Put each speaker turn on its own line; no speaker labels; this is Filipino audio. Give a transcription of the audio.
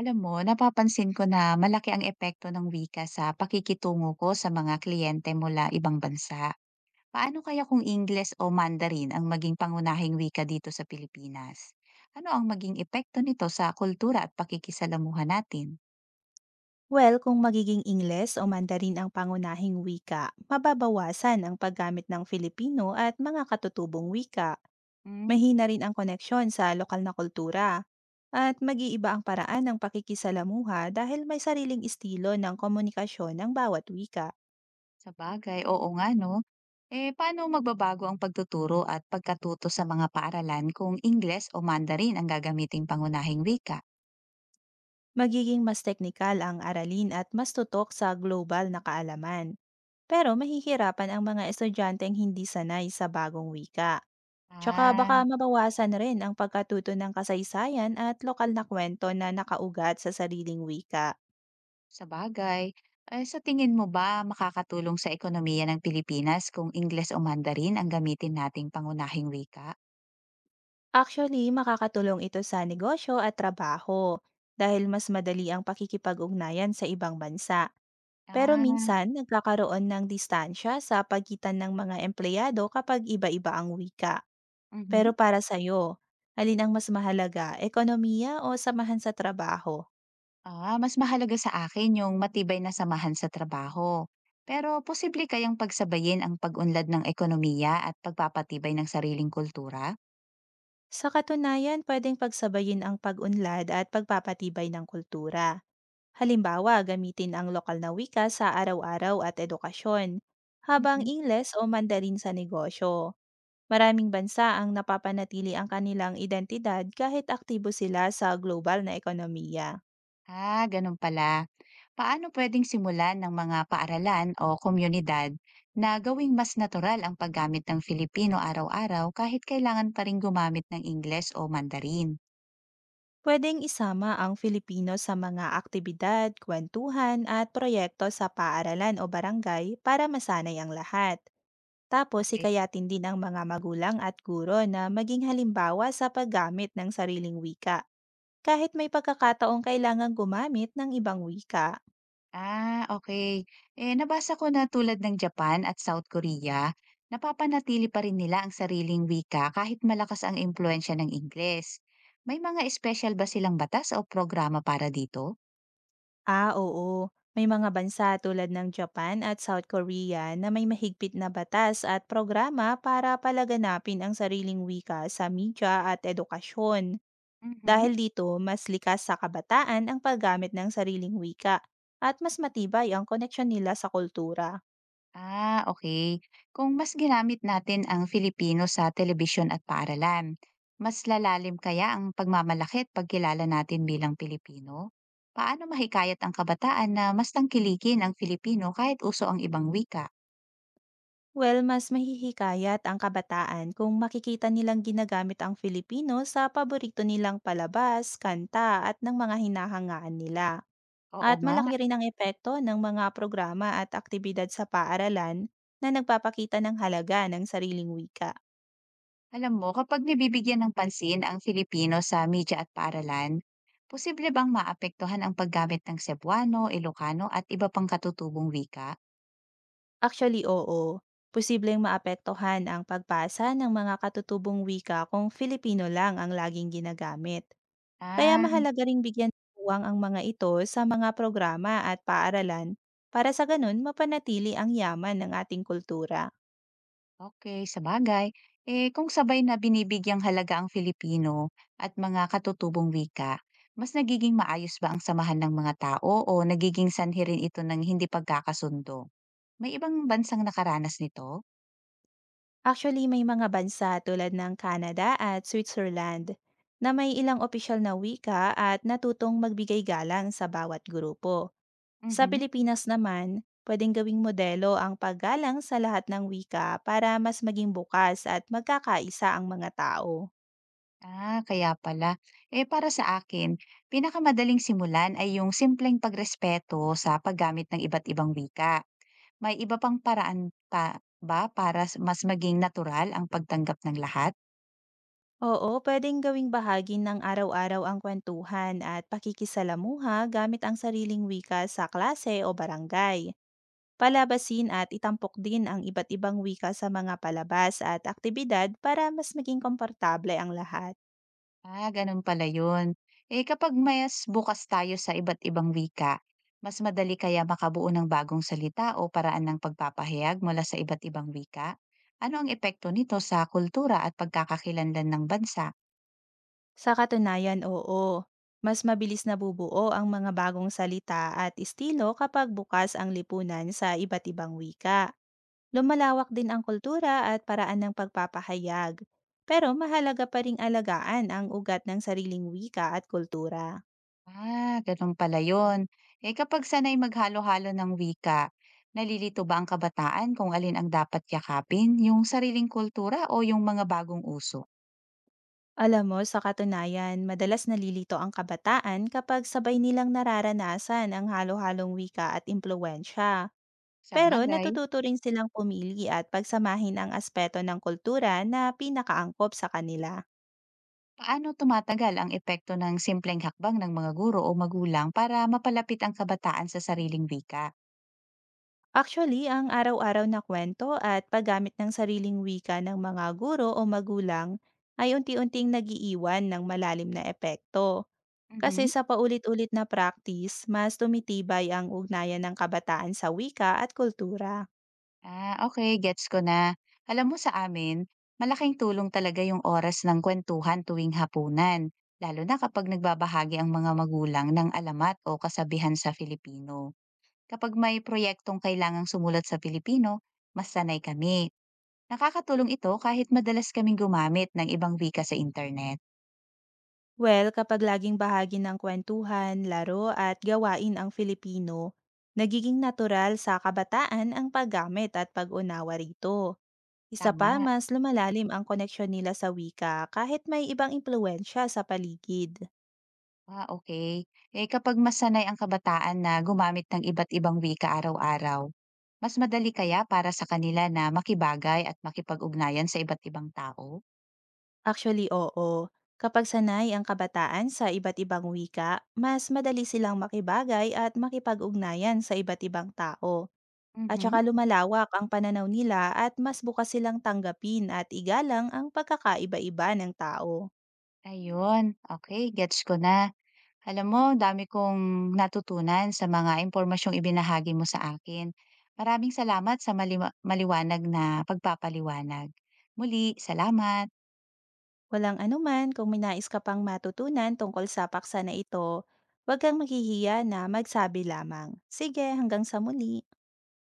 Alam mo, napapansin ko na malaki ang epekto ng wika sa pakikitungo ko sa mga kliyente mula ibang bansa. Paano kaya kung Ingles o Mandarin ang maging pangunahing wika dito sa Pilipinas? Ano ang maging epekto nito sa kultura at pakikisalamuhan natin?
Well, kung magiging Ingles o Mandarin ang pangunahing wika, mababawasan ang paggamit ng Filipino at mga katutubong wika.
Hmm,
Mahina rin ang koneksyon sa lokal na kultura. At mag-iiba ang paraan ng pakikisalamuha dahil may sariling estilo ng komunikasyon ng bawat wika.
sa bagay, oo nga no. Eh, paano magbabago ang pagtuturo at pagkatuto sa mga paaralan kung Ingles o Mandarin ang gagamiting pangunahing wika?
Magiging mas teknikal ang aralin at mas tutok sa global na kaalaman. Pero mahihirapan ang mga estudyanteng hindi sanay sa bagong wika. Tsaka baka
Ah,
mabawasan rin ang pagkatuto ng kasaysayan at lokal na kwento na nakaugat sa sariling wika.
sa bagay. Eh, sa tingin mo ba makakatulong sa ekonomiya ng Pilipinas kung Ingles o Mandarin ang gamitin nating pangunahing wika?
Actually, makakatulong ito sa negosyo at trabaho dahil mas madali ang pakikipag-ugnayan sa ibang bansa. Pero
Ah,
minsan, nagkakaroon ng distansya sa pagitan ng mga empleyado kapag iba-iba ang wika.
mhm.
Pero para sa'yo, alin ang mas mahalaga, ekonomiya o samahan sa trabaho?
Ah, mas mahalaga sa akin yung matibay na samahan sa trabaho. Pero posible kayang pagsabayin ang pag-unlad ng ekonomiya at pagpapatibay ng sariling kultura?
Sa katunayan, pwedeng pagsabayin ang pag-unlad at pagpapatibay ng kultura. Halimbawa, gamitin ang lokal na wika sa araw-araw at edukasyon, habang Ingles o Mandarin sa negosyo. Maraming bansa ang napapanatili ang kanilang identidad kahit aktibo sila sa global na ekonomiya.
Ah, ganun pala. Paano pwedeng simulan ng mga paaralan o komunidad na gawing mas natural ang paggamit ng Filipino araw-araw kahit kailangan pa rin gumamit ng Ingles o Mandarin?
Pwedeng isama ang Filipino sa mga aktibidad, kwentuhan at proyekto sa paaralan o barangay para masanay ang lahat. Tapos
Okay.
hikayatin din ang mga magulang at guro na maging halimbawa sa paggamit ng sariling wika kahit may pagkakataong kailangang gumamit ng ibang wika.
Ah, okay. Eh, nabasa ko na tulad ng Japan at South Korea, napapanatili pa rin nila ang sariling wika kahit malakas ang impluensya ng Ingles. May mga espesyal ba silang batas o programa para dito?
Ah, oo. May mga bansa tulad ng Japan at South Korea na may mahigpit na batas at programa para palaganapin ang sariling wika sa media at edukasyon.
Mhm.
Dahil dito, mas likas sa kabataan ang paggamit ng sariling wika at mas matibay ang koneksyon nila sa kultura.
Ah, okay. Kung mas ginamit natin ang Filipino sa telebisyon at paaralan, mas lalalim kaya ang pagmamalaki at pagkilala natin bilang Pilipino? Paano mahikayat ang kabataan na mas tangkilikin ang Filipino kahit uso ang ibang wika?
Well, mas mahihikayat ang kabataan kung makikita nilang ginagamit ang Filipino sa paborito nilang palabas, kanta at ng mga hinahangaan nila.
Oo
At
nga,
malaki rin ang epekto ng mga programa at aktibidad sa paaralan na nagpapakita ng halaga ng sariling wika.
alam mo, kapag nabibigyan ng pansin ang Filipino sa media at paaralan, posible bang maapektuhan ang paggamit ng Cebuano, Ilocano at iba pang katutubong wika?
Actually, oo. Posibleng maapektuhan ang pagbasa ng mga katutubong wika kung Filipino lang ang laging ginagamit. Kaya
Ah.
mahalaga ring bigyan ng puwang ang mga ito sa mga programa at paaralan para sa ganun mapanatili ang yaman ng ating kultura.
Okey, sabagay. Eh, kung sabay na binibigyang halaga ang Filipino at mga katutubong wika, mas nagiging maayos ba ang samahan ng mga tao o nagiging sanhi rin ito ng hindi pagkakasundo? May ibang bansang nakaranas nito?
Actually, may mga bansa tulad ng Canada at Switzerland na may ilang opisyal na wika at natutong magbigay galang sa bawat grupo. Sa
Mhm.
Pilipinas naman, pwedeng gawing modelo ang paggalang sa lahat ng wika para mas maging bukas at magkakaisa ang mga tao.
Ah, kaya pala. Eh, para sa akin, pinakamadaling simulan ay yung simpleng pagrespeto sa paggamit ng iba't ibang wika. May iba pang paraan pa ba para mas maging natural ang pagtanggap ng lahat?
Oo, puwedeng gawing bahagi ng araw-araw ang kwentuhan at pakikisalamuha gamit ang sariling wika sa klase o barangay. Palabasin at itampok din ang iba't ibang wika sa mga palabas at aktibidad para mas maging komportable ang lahat.
Ah, ganun pala yun. Eh, kapag mas bukas tayo sa iba't ibang wika, mas madali kaya makabuo ng bagong salita o paraan ng pagpapahayag mula sa iba't ibang wika? Ano ang epekto nito sa kultura at pagkakakilanlan ng bansa?
Sa katunayan, oo. Mas mabilis nabubuo ang mga bagong salita at estilo kapag bukas ang lipunan sa iba't ibang wika. Lumalawak din ang kultura at paraan ng pagpapahayag. Pero mahalaga pa ring alagaan ang ugat ng sariling wika at kultura.
Ah, ganun pala yun. Eh, kapag sanay maghalo-halo ng wika, nalilito ba ang kabataan kung alin ang dapat yakapin, yung sariling kultura o yung mga bagong uso?
Alam mo, sa katunayan, madalas nalilito ang kabataan kapag sabay nilang nararanasan ang halo-halong wika at impluensya.
Sa
Pero
bagay.
natututo rin silang pumili at pagsamahin ang aspeto ng kultura na pinakaangkop sa kanila.
Paano tumatagal ang epekto ng simpleng hakbang ng mga guro o magulang para mapalapit ang kabataan sa sariling wika?
Actually, ang araw-araw na kwento at paggamit ng sariling wika ng mga guro o magulang ay unti-unting nagiiwan ng malalim na epekto. Kasi
Mhm.
sa paulit-ulit na practice, mas tumitibay ang ugnayan ng kabataan sa wika at kultura.
Ah, okay, gets ko na. Alam mo sa amin, malaking tulong talaga yung oras ng kwentuhan tuwing hapunan, lalo na kapag nagbabahagi ang mga magulang ng alamat o kasabihan sa Filipino. Kapag may proyektong kailangang sumulat sa Filipino, mas sanay kami. Nakakatulong ito kahit madalas kaming gumamit ng ibang wika sa internet.
Well, kapag laging bahagi ng kwentuhan, laro at gawain ang Filipino, nagiging natural sa kabataan ang paggamit at pag-unawa rito. Isa pa,
Tama.
mas lumalalim ang koneksyon nila sa wika kahit may ibang impluensya sa paligid.
Ah, okay. Eh, kapag masanay ang kabataan na gumamit ng iba't ibang wika araw-araw, mas madali kaya para sa kanila na makibagay at makipag-ugnayan sa iba't ibang tao?
Actually, oo. Kapag sanay ang kabataan sa iba't ibang wika, mas madali silang makibagay at makipag-ugnayan sa iba't ibang tao. At
Mhm.
saka lumalawak ang pananaw nila at mas bukas silang tanggapin at igalang ang pagkakaiba-iba ng tao.
Ayun, okay, gets ko na. Alam mo, dami kong natutunan sa mga impormasyong ibinahagi mo sa akin. Maraming salamat sa maliwanag na pagpapaliwanag. Muli, salamat.
Walang anuman kung may nais ka pang matutunan tungkol sa paksa na ito, huwag kang maghihiya na magsabi lamang. Sige, hanggang sa muli.